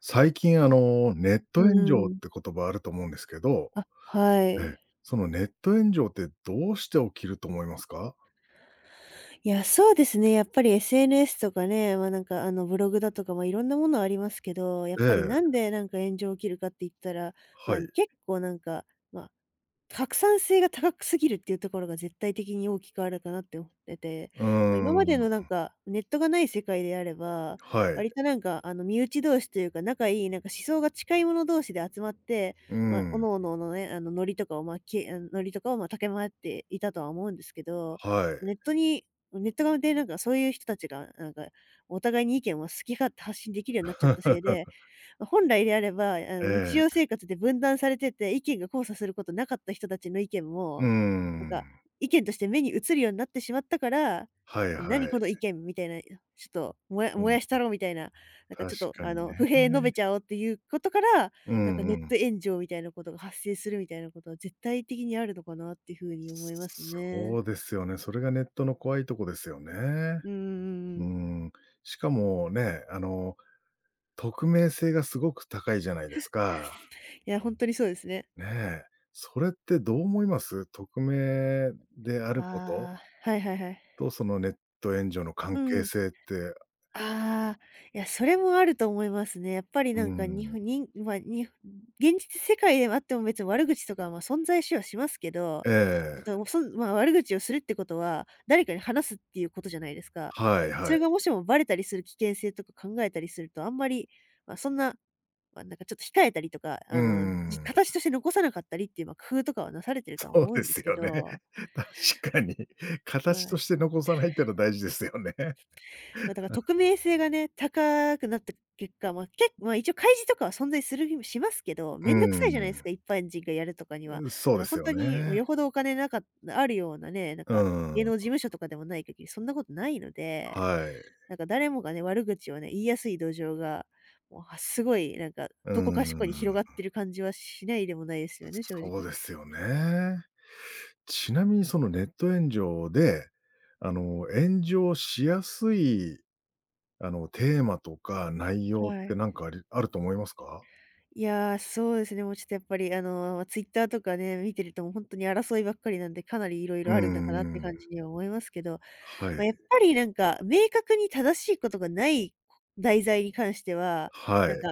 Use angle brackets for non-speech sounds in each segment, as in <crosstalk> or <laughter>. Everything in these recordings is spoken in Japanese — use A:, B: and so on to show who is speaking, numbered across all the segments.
A: 最近ネッ
B: う
A: ト炎上っ
B: ん。
A: て言葉あると思うんですけど、
B: あ、は
A: ええ、
B: い。
A: そのネット炎上ってどうして起きると思いますか？
B: いや、そうですね、やっぱり SNS とかね、なんかブログだとか、いろんなものありますけど、やっ
A: え
B: ぱり
A: え、
B: なんでなんか炎上起きるかって言ったら、ま、
A: はい。
B: 結構なんか、まあ拡散性が高くすぎるっていうところが絶対的に大きくあるかなって思ってて、
A: うー
B: 今まで
A: ん、
B: のなんか、ネットがない世界であれば、
A: はい。
B: 割となんか身内同士というか、仲いいなんか思想が近い者同士で集まって、
A: う
B: まあ、各
A: ん、
B: 々のノリとかを駆け回っていたとは思うんですけど、
A: はい。
B: ネットにネット側でなんかそういう人たちが、なんかお互いに意見を好き勝手発信できるようになっちゃったせいで
A: <laughs>
B: 本来であれば、
A: え
B: 日
A: え、
B: 常生活で分断されてて、意見が交差することなかった人たちの意見
A: うー
B: も、なん
A: ん、
B: か、意見として目に映るようになってしまったから、
A: はい
B: え、何
A: はい。
B: この意見みたいな、ちょっと
A: う
B: 燃
A: ん、
B: やしたろうみたいな、なんかち
A: 確
B: ょっと、
A: かに
B: 不
A: ね。
B: 平述べちゃおうっていうことから、
A: う
B: なんかネ
A: ん
B: ッ
A: うん。
B: ト炎上みたいなことが発生するみたいなことは絶対的にあるのかなっていうふうに思いますね。
A: そうですよね。それがネットの怖いとこですよね。
B: うん
A: う
B: ん
A: ん。しかもね、匿名性がすごく高いじゃないですか。
B: いや、本当にそうですね。
A: ねえ。それってどう思います？匿名であること
B: ああ、はいはいはい。
A: と、そのネット炎上の
B: う
A: 関係
B: ん
A: 性って、
B: ああ、いや、それもあると思いますね。やっぱり
A: うー
B: なんか、に
A: ん。
B: にまあ、に現実世界ではあっても別に悪口とかはまあ存在しはしますけど、あ
A: ええ。
B: と、そんまあ、悪口をするってことは、誰かに話すっていうことじゃないですか。
A: はい
B: そ
A: は
B: れが
A: い。
B: もしもバレたりする危険性とか考えたりすると、あんまり、まあ、そんな、まあ、なんかちょっと控えたりとか、
A: うーん。
B: 形と
A: <laughs>
B: して残さなかったりっていう、工夫とかはなされてるとは
A: そう
B: 思う
A: で
B: んで
A: す
B: すけ
A: よね。
B: ど、
A: <laughs> 確かに。<laughs>
B: ま
A: 形と
B: あ
A: して残さないっていうのは大事ですよね。<laughs>
B: ま、だから匿名性がね、高くなった結果、一応開示とかは存在するひしますけど、
A: うー
B: めんどくさいじゃないです
A: ん。
B: か、一般人がやるとかには。だ
A: そ
B: か
A: うで
B: らほ
A: す
B: ん
A: よ
B: とに、
A: ね。
B: よほどお金あるようなね、なん
A: う
B: か
A: ー
B: 芸能事
A: ん。
B: 務所とかでもない限りそんなことないので、
A: はい。
B: なんか誰もがね、悪口をね、言いやすい土壌が、もうすごいなんか、
A: うー
B: どこかしこに広がっ
A: ん。
B: てる感じはしないでもないですよね、正
A: そう
B: 直。
A: ですよね。ちなみにそのネット炎上で、炎上しやすいテーマとか内容っ
B: は
A: て
B: い。
A: なんかあると思いますか？
B: いやー、そうですね、もうちょっとやっぱり、あのー、t w i t t とかね、見てるともう本当に争いばっかりなんで、かなりいろい
A: う
B: ろあるのかなって
A: んうん
B: 感じには思いますけど、
A: はい。
B: やっぱりなんか、明確に正しいことがない題材に関しては、
A: は
B: なん
A: い。
B: か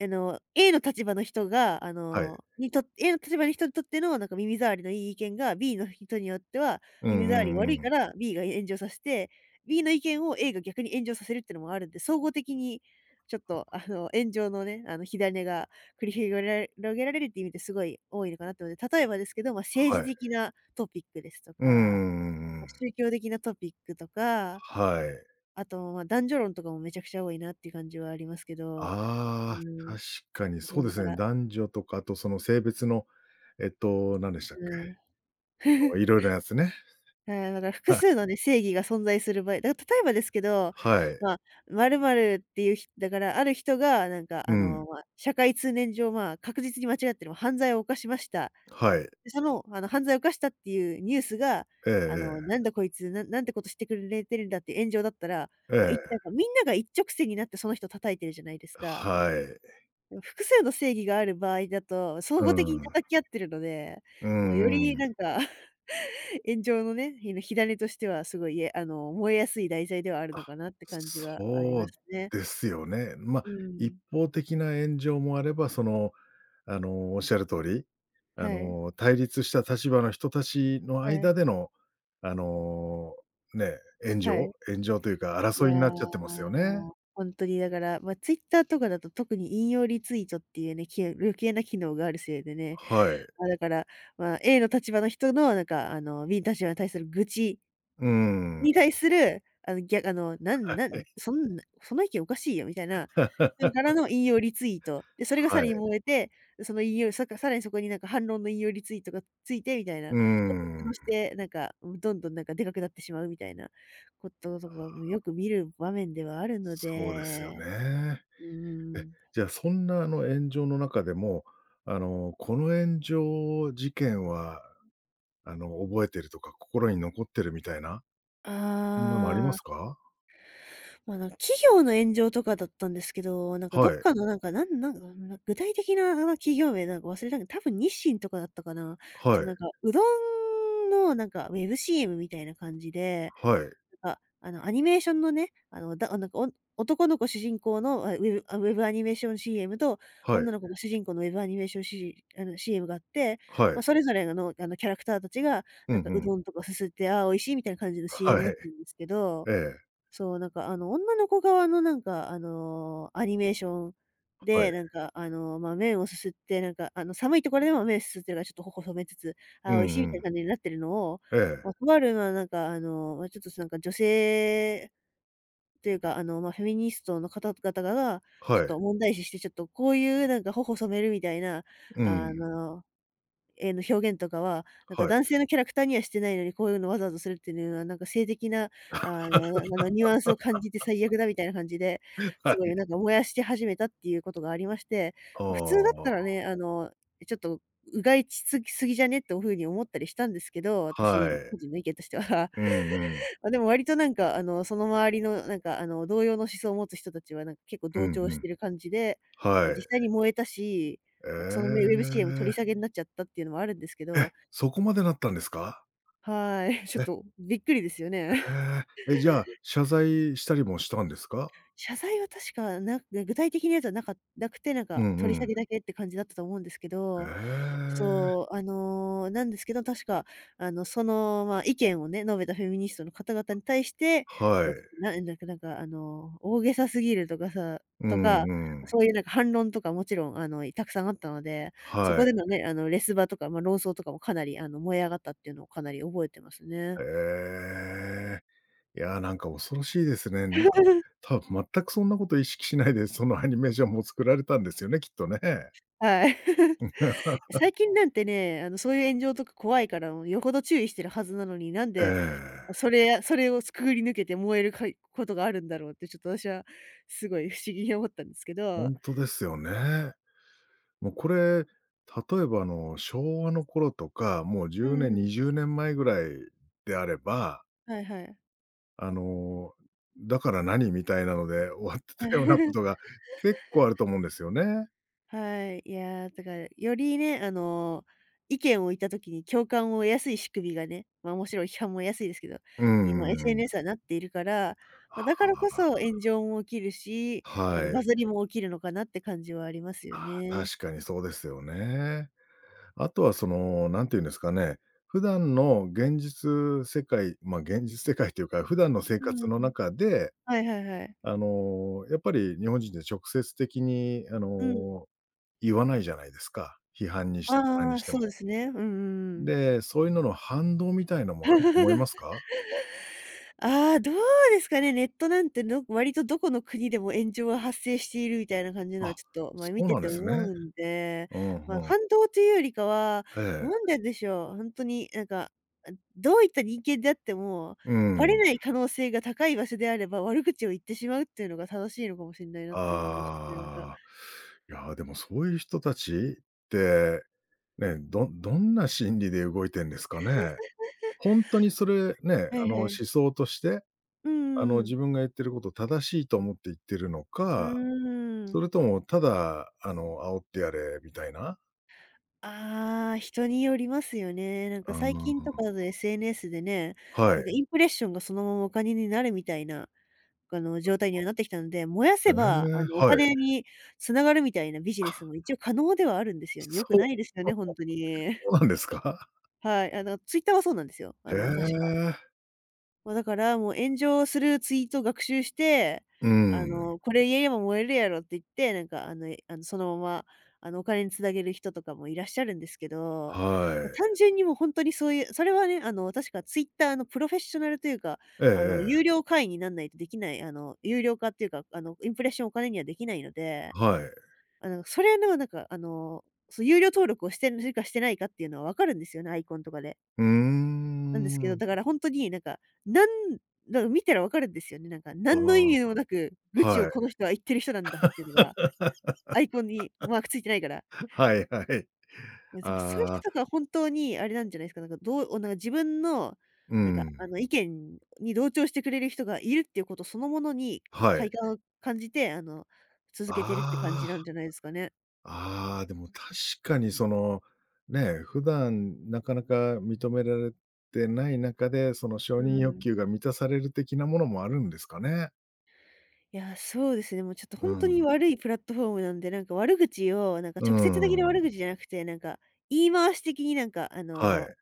B: あの、A の立場の人が、
A: はい。
B: A の立場の人にとってのなんか耳障りのいい意見が B の人によっては、
A: う
B: 耳障り
A: んう
B: 悪
A: ん
B: い
A: う
B: か
A: ん。
B: ら B が炎上させて、B の意見を A が逆に炎上させるってのもあるんで、総合的にちょっとあの、炎上のね、あの、火種が繰り広げられ広げられるっていう意味ですごい多いのかなって思って、例えばですけど、政治
A: はい。
B: 的なトピックですと
A: うんう
B: か、
A: んうん
B: 宗教的なトピックとか、
A: はい。
B: あと、男女論とかもめちゃくちゃ多いなっていう感じはありますけど、う
A: ああ、
B: ーん、
A: 確かにそ
B: も
A: う
B: う
A: で
B: だか
A: すね。
B: ら
A: 男女とか、あとその性別の、何でしたっ
B: うん。
A: け、
B: <laughs>
A: いろいろなやつね。
B: ああ、だから複
A: は
B: 数
A: い。
B: のね、正義が存在する場合、だから例えばですけど、
A: はい。
B: まあ、〇〇っていうだからある人がなんか
A: う
B: あの、
A: ん。
B: 社会通念上、まあ、確実に間違ってる犯罪を犯しました。
A: はい。
B: で、その、あの、犯罪を犯したっていうニュースが、
A: え
B: あ
A: ええ
B: の、なんだこいつ、なんてことしてくれてるんだって炎上だったら、
A: え。え
B: まあ、
A: え。
B: なんかみんなが一直線になってその人叩いてるじゃないですか。
A: はい。
B: でも複数の正義がある場合だと、総
A: う
B: 合的に
A: ん。
B: 叩き合ってるので、
A: う
B: もうよ
A: ん
B: り
A: うん。
B: なんか炎上のね、火種としてはすごい、えあの、燃えやすい題材ではあるのかなって感じはあり
A: そ
B: ま
A: う
B: すね。
A: ですよね。まあ、
B: う
A: 一
B: ん。
A: 方的な炎上もあれば、その、おっしゃる通り、
B: はい。
A: 対立した立場の人たちの
B: はい。
A: 間での、あの、ね、炎
B: は
A: 上
B: い。
A: 炎上というか
B: い
A: 争
B: や、
A: いになっちゃってますよね。
B: ほんとにだから、Twitter とかだと特に引用リツイートっていうね、余計な機能があるせいでね、
A: はい。
B: ま、だから、ま、A の立場の人のなんか、あの、B の立場に対する愚痴
A: うん。
B: に対する、あの、ぎゃあの、なんなんそんなその意見おかしいよみたいな人から
A: <laughs>
B: の引用リツイート。で、それがさ
A: は
B: らに
A: い。
B: 燃えて、その引用さかさらにそこになんか反論の引用リツイートがついてみたいな、
A: う
B: トピックと
A: ん。
B: して、なんか、どんどんなんかでかくなってしまうみたいなこととかもよく見る場面ではあるの
A: そうですよ
B: で。
A: ね。
B: うー
A: え、
B: ん。
A: じゃあそんなあの炎上の中でも、この炎上事件は覚えてるとか、心に残ってるみたいな、そんなのありま
B: あ
A: す
B: あ。
A: か？
B: まあ、なんか企業の炎上とかだったんですけど、なんかどっ
A: はい、
B: かのなんか、なんなんか、な具体的な、まあの、企業名なんか忘れたけど、多分日清とかだったかな。
A: は
B: そ
A: い、
B: のなんか、うどんのなんかウェブ CM みたいな感じで、
A: はい、
B: なんか、あの、アニメーションのね、あの、だなんか、お男の子主人公の、ウェブアニメーション CM と、
A: はい、
B: 女の子が主人公のウェブアニメーションシあの、CM があって、
A: は
B: ま
A: い。
B: あ、それぞれの、あの、キャラクターたちが、
A: うん
B: な
A: う
B: んかう
A: ん。
B: どんとかすすって、ああ、美味しいみたいな感じの
A: は
B: CM だっ
A: い。
B: たんですけ
A: <laughs>
B: ど
A: ええ、
B: そう、なんかあの、女の子側のなんかあの、アニメーション
A: は
B: で、
A: い。
B: なんかあの、まあ、麺をすすって、なんかあの、寒いところでも麺すすってるからちょっと頬染めつつ、あ
A: う
B: ー美味しいみ
A: んう
B: たいな
A: ん。
B: 感じになってるのを、
A: え
B: ま
A: え、
B: あ、とあるまあ、なんかあの、まあ、ちょっとなんか女性というか、あの、まあ、フェミニストの方々が、ちょ
A: は
B: っ
A: い。
B: と問題視して、ちょっとこういうなんか頬染めるみたいな、
A: う
B: あ
A: ん。
B: のーえーの、表現とかは、なんか
A: はい。
B: 男性のキャラクターにはしてないのに、こういうのわざわざするっていうのは、なんか性的な、あの、ななんだ、ニュアンスを感じて最悪だみたいな感じで、
A: <laughs>
B: す
A: は
B: ご
A: い。
B: いなんか燃やして始めたっていうことがありまして、
A: あ
B: ま普通だったら
A: あ、
B: ね、あの、ちょっとうがいしすぎすぎじゃねっていう風に思ったりしたんですけど、
A: は
B: 私
A: い。
B: 個人の意見としては。
A: うんうん。
B: あ、でも割となんか、その周りのなんか、同様の思想を持つ人たちはなんか結構
A: うん
B: 同調
A: う
B: し
A: ん。
B: てる感じで、なんか
A: はい。
B: 実際に燃えたし、
A: え
B: なんかそのね、ウェブ CM 取り
A: え。
B: 下げになっちゃったっていうのもあるんですけ
A: え、
B: ど、
A: そこまでなったんですか？
B: はい、<laughs> ちょっ
A: え、
B: とびっくりですよね。
A: ええ。え、じゃあ、謝罪したりもしたんです
B: <laughs>
A: か？
B: 謝罪は確か、具体的なやつはなくて、なん
A: う
B: か取り
A: んう
B: 下
A: ん。
B: げだけって感じだったと思うんですけ
A: え
B: ど、そ
A: え、
B: う、なんですけど、確か、その、まあ、意見をね、述べたフェミニストの方々に対して、
A: は
B: まあ、ちょっ
A: い。
B: と、大げさすぎるとかさ
A: う
B: とか、
A: んうん。
B: そういうなんか反論とかもちろん、たくさんあったので、そ
A: は
B: こで
A: い。
B: のね、レスバとか、まあ、論争とかもかなり、燃え上がったっていうのをかなり覚えてますね。
A: へえ。いや、なんか恐ろしいですね。なんか、
B: <laughs>
A: 多分全くそんなこと意識しないで、そのアニメーションも作られたんですよね、きっとね。
B: はい。
A: <laughs>
B: 最近なんてね、そういう炎上とか怖いから、もうよほど注意してるはずなのに、なん
A: え
B: で、そ
A: え、
B: れそれをくぐり抜けて燃えることがあるんだろうって、ちょっと私はすごい不思議に思ったんですけ
A: ほ
B: ど。
A: んとですよね。もうこれ、例えば昭和の頃とか、もう
B: う
A: 10年、
B: ん。
A: 20年前ぐらいであれば、
B: はいはい。
A: あの、だから何みたいなので終わってたようなこと
B: <laughs>
A: が結構あると思うんですよね。
B: はい。いや、だから、よりね、意見を言った時に共感を得やすい仕組みがね、ま、もちろん批判も得やすいですけど、
A: う
B: に、ま、
A: ん。
B: SNS はなっているから、ま、だか
A: は
B: らこそ炎上も起きるし、
A: あ、
B: なん
A: は
B: かバ
A: い。
B: ズりも起きるのかなって感じはありますよ
A: あ、
B: ね。
A: 確かにそうですよね。あとはその、なんていうんですかね、普段の現実世界、ま、現実世界というか、普段の生
B: う
A: 活
B: ん。
A: の中で、
B: はいはいはい。
A: やっぱり日本人って直接的に
B: うん。
A: 言わないじゃないですか。批判にしても何
B: あ
A: に
B: あ、
A: して
B: そうで
A: も。
B: すね。うんうんうん。
A: で、そういうのの反動みたいのもあると思いますか？
B: ああ、どうですかね、ネットなんて、割とどこの国でも炎上が発生しているみたいな感じのは
A: あ、
B: ちょっと、まあ、
A: そ
B: 見
A: う
B: て
A: なん
B: て
A: です
B: 思
A: ね。
B: うんで、
A: うん
B: まあ、
A: うん。
B: 反動というよりかは、
A: ええ。
B: なんででしょう、本当になんか、どういった人間であっても、
A: う
B: バレ
A: ん。
B: ない可能性が高い場所であれば、悪口を言ってしまうっていうのが正しいのかもしれないなって思いましたねなんか。
A: ああ。いや、でもそういう人たちって、ね、どんな心理で動いてんですかね？本当にそれね、
B: はいは
A: 思
B: い。
A: 想として、
B: うんうんうん。
A: 自分が言ってること正しいと思って言ってるの
B: う
A: か、
B: ー
A: そ
B: ん。
A: れともただ、煽ってやれみたいな。
B: ああ、人によりますよね。なん
A: う
B: か最
A: ー
B: 近と
A: ん。
B: かだと SNS でね、
A: は
B: なんか
A: い。
B: インプレッションがそのままお金になるみたいな、状態にはなってきたので、燃や
A: え
B: せば、
A: え、
B: お
A: は
B: 金
A: い。
B: に繋がるみたいなビジネスも一応可能ではあるんですよね。良
A: そ
B: く
A: う、
B: ないですよ
A: あ、
B: ね、ほんとに。
A: そうなんですか？
B: はい、ツイッターはそうなんですよ。
A: へ
B: 確か。
A: え。
B: まあ、だから、もう炎上するツイートを学習して、
A: うん。
B: これ言えば燃えるやろって言って、なんか、あの、えあの、そのまま、お金につなげる人とかもいらっしゃるんですけど、
A: は
B: まあ、単
A: い。
B: 純にもうそういうそれはね、確かツイッターのプロフェッショナルというか、
A: えええ
B: 有
A: え。
B: 料会員になんないとできない、有料化っていうか、インプレッションお金にはできないので、
A: はい。
B: それの、なんか、そう、有料登録をしてるかしてないかっていうのは分かるんですよね、アイコンとかで。
A: うー
B: なんですけど、
A: ん。
B: だから本当になんか、なんなんか見たらわかるんですよね。なんか、
A: あ
B: 何の意
A: あ、
B: 味もなく、愚痴を
A: はい。
B: この人は言ってる人なんだっていうのが、アイコンにマークついてないから。
A: <laughs> はいはい。
B: ま、でもそういう人
A: ああ、
B: とかは本当にあれなんじゃないですか、なんかどうなんか自分の、
A: うん。
B: 意見に同調してくれる人がいるっていうことそのものに
A: は
B: 快
A: い。
B: 感を感じて、続けてるって感じ
A: あ
B: なんじ
A: あ。
B: ゃないですかね。
A: ああ、でも確かにその、ね、普段なかなか認められてない中で、その承
B: う
A: 認欲
B: ん。
A: 求が満たされる的なものもあるんですかね。
B: いや、そうですね。もうちょっと
A: う
B: 本当に
A: ん。
B: 悪いプラットフォームなんで、なんか悪口を、なんか
A: う
B: 直接的な悪口
A: ん。
B: じゃなくて、なんか言い回し的に
A: はい。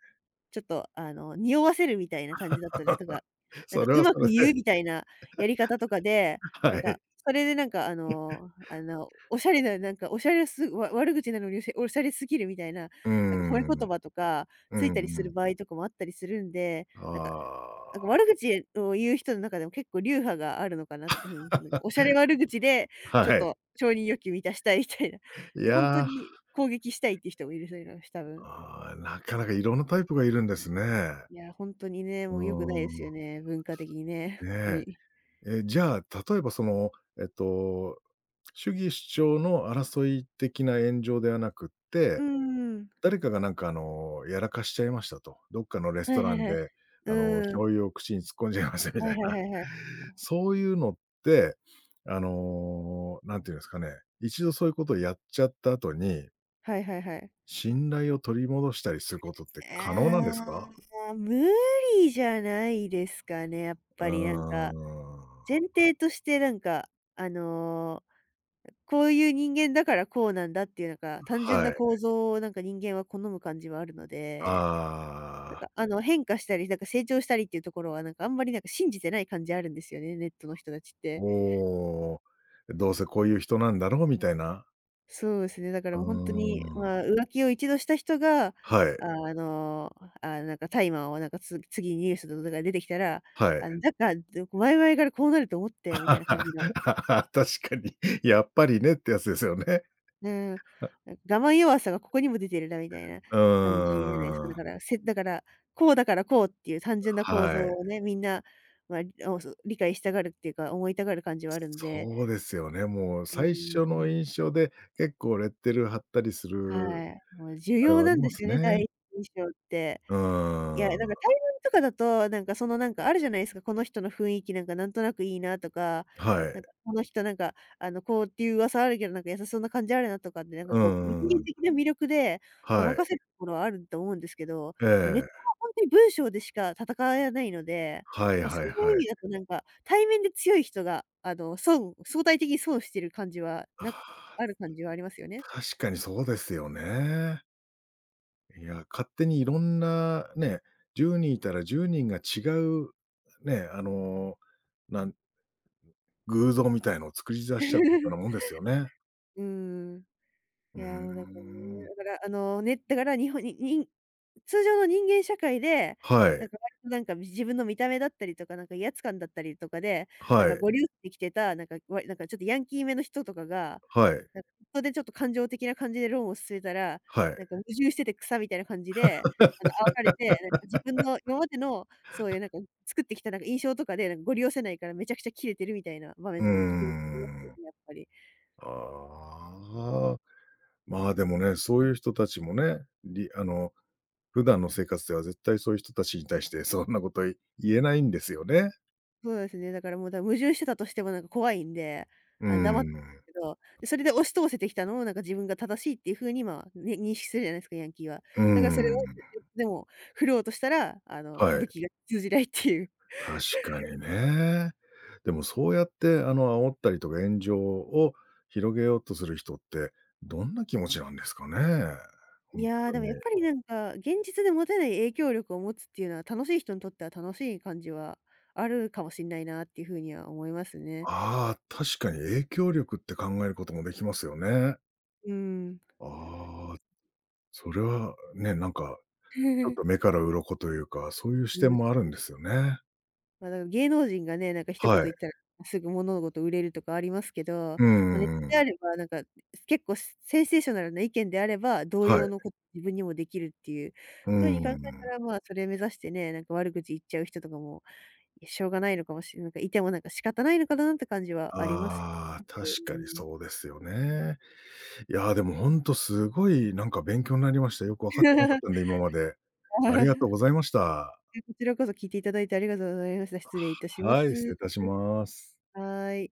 B: ちょっと匂わせるみたいな感じだったりとか、なん
A: そ
B: か
A: れ
B: う
A: は
B: ま
A: そ
B: く
A: れで
B: 言うみたいなやり方とかで、
A: <laughs>
B: なん
A: は
B: か、
A: い。
B: それでおしゃれな、なんかおしゃれすわ悪口なのに、おしゃれすぎるみたいな、
A: うー
B: なんか褒め
A: ん。
B: 言葉とか
A: う
B: つい
A: ん
B: たり
A: う
B: する
A: ん。
B: 場合とかもあったりするんで、なんか
A: あ
B: なんか悪口を言う人の中でも結構流派があるのかなっていうふうに、なんかおしゃれ悪口で、
A: あ、
B: ちょっ
A: はい。
B: と承認欲求満たしたいみたいな。
A: い
B: で、ほんと
A: や、
B: に攻撃したいっていう人もいるそういうのし、多分。
A: ああ、なかなかいろんなタイプがいるんですね。
B: いや、ほんとにね、
A: う
B: もう良くないで
A: ー
B: すよ
A: ん。
B: ね、文化的にね、ほんと
A: ね
B: に。
A: え。え、じゃあ、例えばその、えっと主義主張の争い的な炎上ではなくっ
B: う
A: て、
B: ーん。
A: 誰かがなんかやらかしちゃいましたと。どっかのレス
B: は
A: ト
B: いは
A: ラ
B: い
A: ン
B: はい。
A: で、
B: うーん。
A: 醤油を口に突っ込んじゃいましたみ
B: は
A: た
B: い
A: い
B: はい
A: な。
B: はいはい。
A: <laughs> そういうのって、なんていうんですかね、一度そういうことをやっちゃった後に、
B: はいはいはい。
A: 信頼を取り戻したりすることって可能なんです
B: あ
A: か？
B: あ、無理じゃないですかね、やっ
A: うー
B: ぱりなんか、
A: ん。
B: 前提としてなんか、あのこういう人間だからこうなんだっていうなんか、単純
A: は
B: な
A: い。
B: 構造をなんか人間は好む感じはあるので、
A: ああ、
B: 変化したり、なんか成長したりっていうところはなんかあんまりなんか信じてない感じあるんですよね、ネットの人たちって。
A: もう、どうせこういう人なんだろうみたいな。
B: そうですね、だから
A: う
B: もう本当に、
A: ーん。
B: まあ、浮気を一度した人が、
A: はい。
B: ああの、あ、なんかタイマーをなんか次にニュースとかで出てきたら、
A: はい。
B: だから、前々からこうなると思って
A: <laughs> 確
B: みたいな感じの、
A: かに、<laughs> やっぱりねってやつですよね。
B: うん。なんか我慢弱さがここにも出てるなみたいな
A: う
B: 感じじゃないですか。
A: ー
B: だ
A: ん。
B: から、こうだからこうっていう単純な構造
A: はい。
B: をね、みんな、まあ、りあお、そう、理解したがるっていうか、思いたがる感じはあるんで。
A: そうですよね。もう
B: うー
A: 最初の
B: ん、
A: 印象で結構レッテル貼ったりする、
B: はい。もう重
A: あれ
B: 要
A: はあ
B: な
A: り
B: んで
A: ま
B: す
A: す
B: よね、第
A: ね。
B: 一印象って。
A: う
B: いや、な
A: ー
B: んか
A: ん。
B: 対面とかだと、なんかあるじゃないですか、この人の雰囲気なんかなんとなくいいなとか、
A: はい。
B: なんかこの人こうっていう噂あるけど、なんか優しそうな感じあるなとかって、なんか
A: う
B: こう人
A: んう
B: 間
A: ん。
B: 的な魅力でご
A: は
B: ま
A: い。
B: かせるところはあると思うんですけど、
A: え
B: ま、ネット
A: え。
B: はほんとに文章でしか戦えないので、
A: はい
B: ま、そ
A: はい
B: うい
A: は
B: う意
A: い。
B: 味だとなんか、対面で強い人が相対的に損してる感じは
A: あ
B: なあ
A: ー
B: る感じはありますよね。
A: 確かにそうですよね。いや、勝手にいろんなね、10人いたら10人が違う、ね、なん偶像みたいのを作り出しちゃったような
B: <laughs>
A: もんですよね。
B: うーん。
A: う
B: い
A: ー
B: や、もうだからね、
A: ん。
B: だから日本ににん通常の人間社会で、
A: は
B: なん
A: い。
B: か割となんか自分の見た目だったりとか、なんか威圧感だったりとかで、なん
A: は
B: か
A: い。
B: ご利用してきてた、なんかわなんかちょっとヤンキーめの人とかが、
A: はい。
B: なんかネットでちょっと感情的な感じで論を進めたら、
A: はい。
B: なんか矛盾してて草みたいな感じで、煽られて、なんか自分の今までのそういうなんか作ってきたなんか印象とかで、なんかご利用せないからめちゃくちゃキレてるみたいな場
A: う
B: 面
A: ー
B: とかも時々ありますよ
A: ん。
B: ね、やっぱり。
A: ああ。まあ、でもね、そういう人たちもね、りあの、普段の生活では絶対そういう人たちに対してそんなこと言えないんですよね。
B: そうですね。だからもう、矛盾してたとしてもなんか怖いんで、
A: うー
B: 黙って
A: ん。
B: るんですけど、で、それで押し通せてきたのを、なんか自分が正しいっていう風に、まあ、ね、認識するじゃないですか、ヤンキーは。
A: うー
B: だからそれを、
A: ん。
B: <laughs> でも振ろうとしたら、
A: は
B: 武
A: い。
B: 器が通じないっていう。
A: 確かにね。でもそうやって煽ったりとか炎上を広げようとする人って、どんな気持ちなんですかね？
B: <laughs>
A: ほ
B: い
A: ん
B: やー、
A: と
B: でも
A: に。
B: やっぱりなんか、現実で持てない影響力を持つっていうのは、楽しい人にとっては楽しい感じはあるかもしれないなっていう風には思いますね。
A: ああ、確かに影響力って考えることもできますよね。
B: うーん。
A: ああ、それはね、なんかちょっと目
B: <laughs>
A: から鱗というか、そういう視
B: う
A: 点
B: ん。
A: もあるんですよね。
B: まあ、だから芸能人がね、なんか一言
A: は
B: 言
A: い。
B: ったら、すぐ物事売れるとかありますけど、
A: う
B: まあ、ネット
A: んうんう
B: であ
A: ん。
B: れば、なんか、結構センセーショナルな意見であれば、同
A: は
B: 様
A: い。
B: のこと自分にもできるっていう
A: う
B: 風
A: ん
B: に
A: うん
B: 考え
A: う
B: た
A: ん。
B: ら、まあ、それ目指してね、なんか悪口言っちゃう人とかも、いや、しょうがないのかもしれない、なんかいてもなんか仕方ないのかなって感じはあります。
A: ああ、確
B: や
A: かに
B: っぱ
A: そうですよね。いやー、でもほんとすごいなんか勉強になりました。よく分
B: り
A: かっ
B: う
A: てなかっ
B: ん
A: たんで、今まで。ありがとうござ
B: <laughs>。
A: いました。
B: こちらこそ聞いていただいてありがとうございました。失礼いたしま
A: はい、失
B: す。
A: 礼いたします。
B: はーい。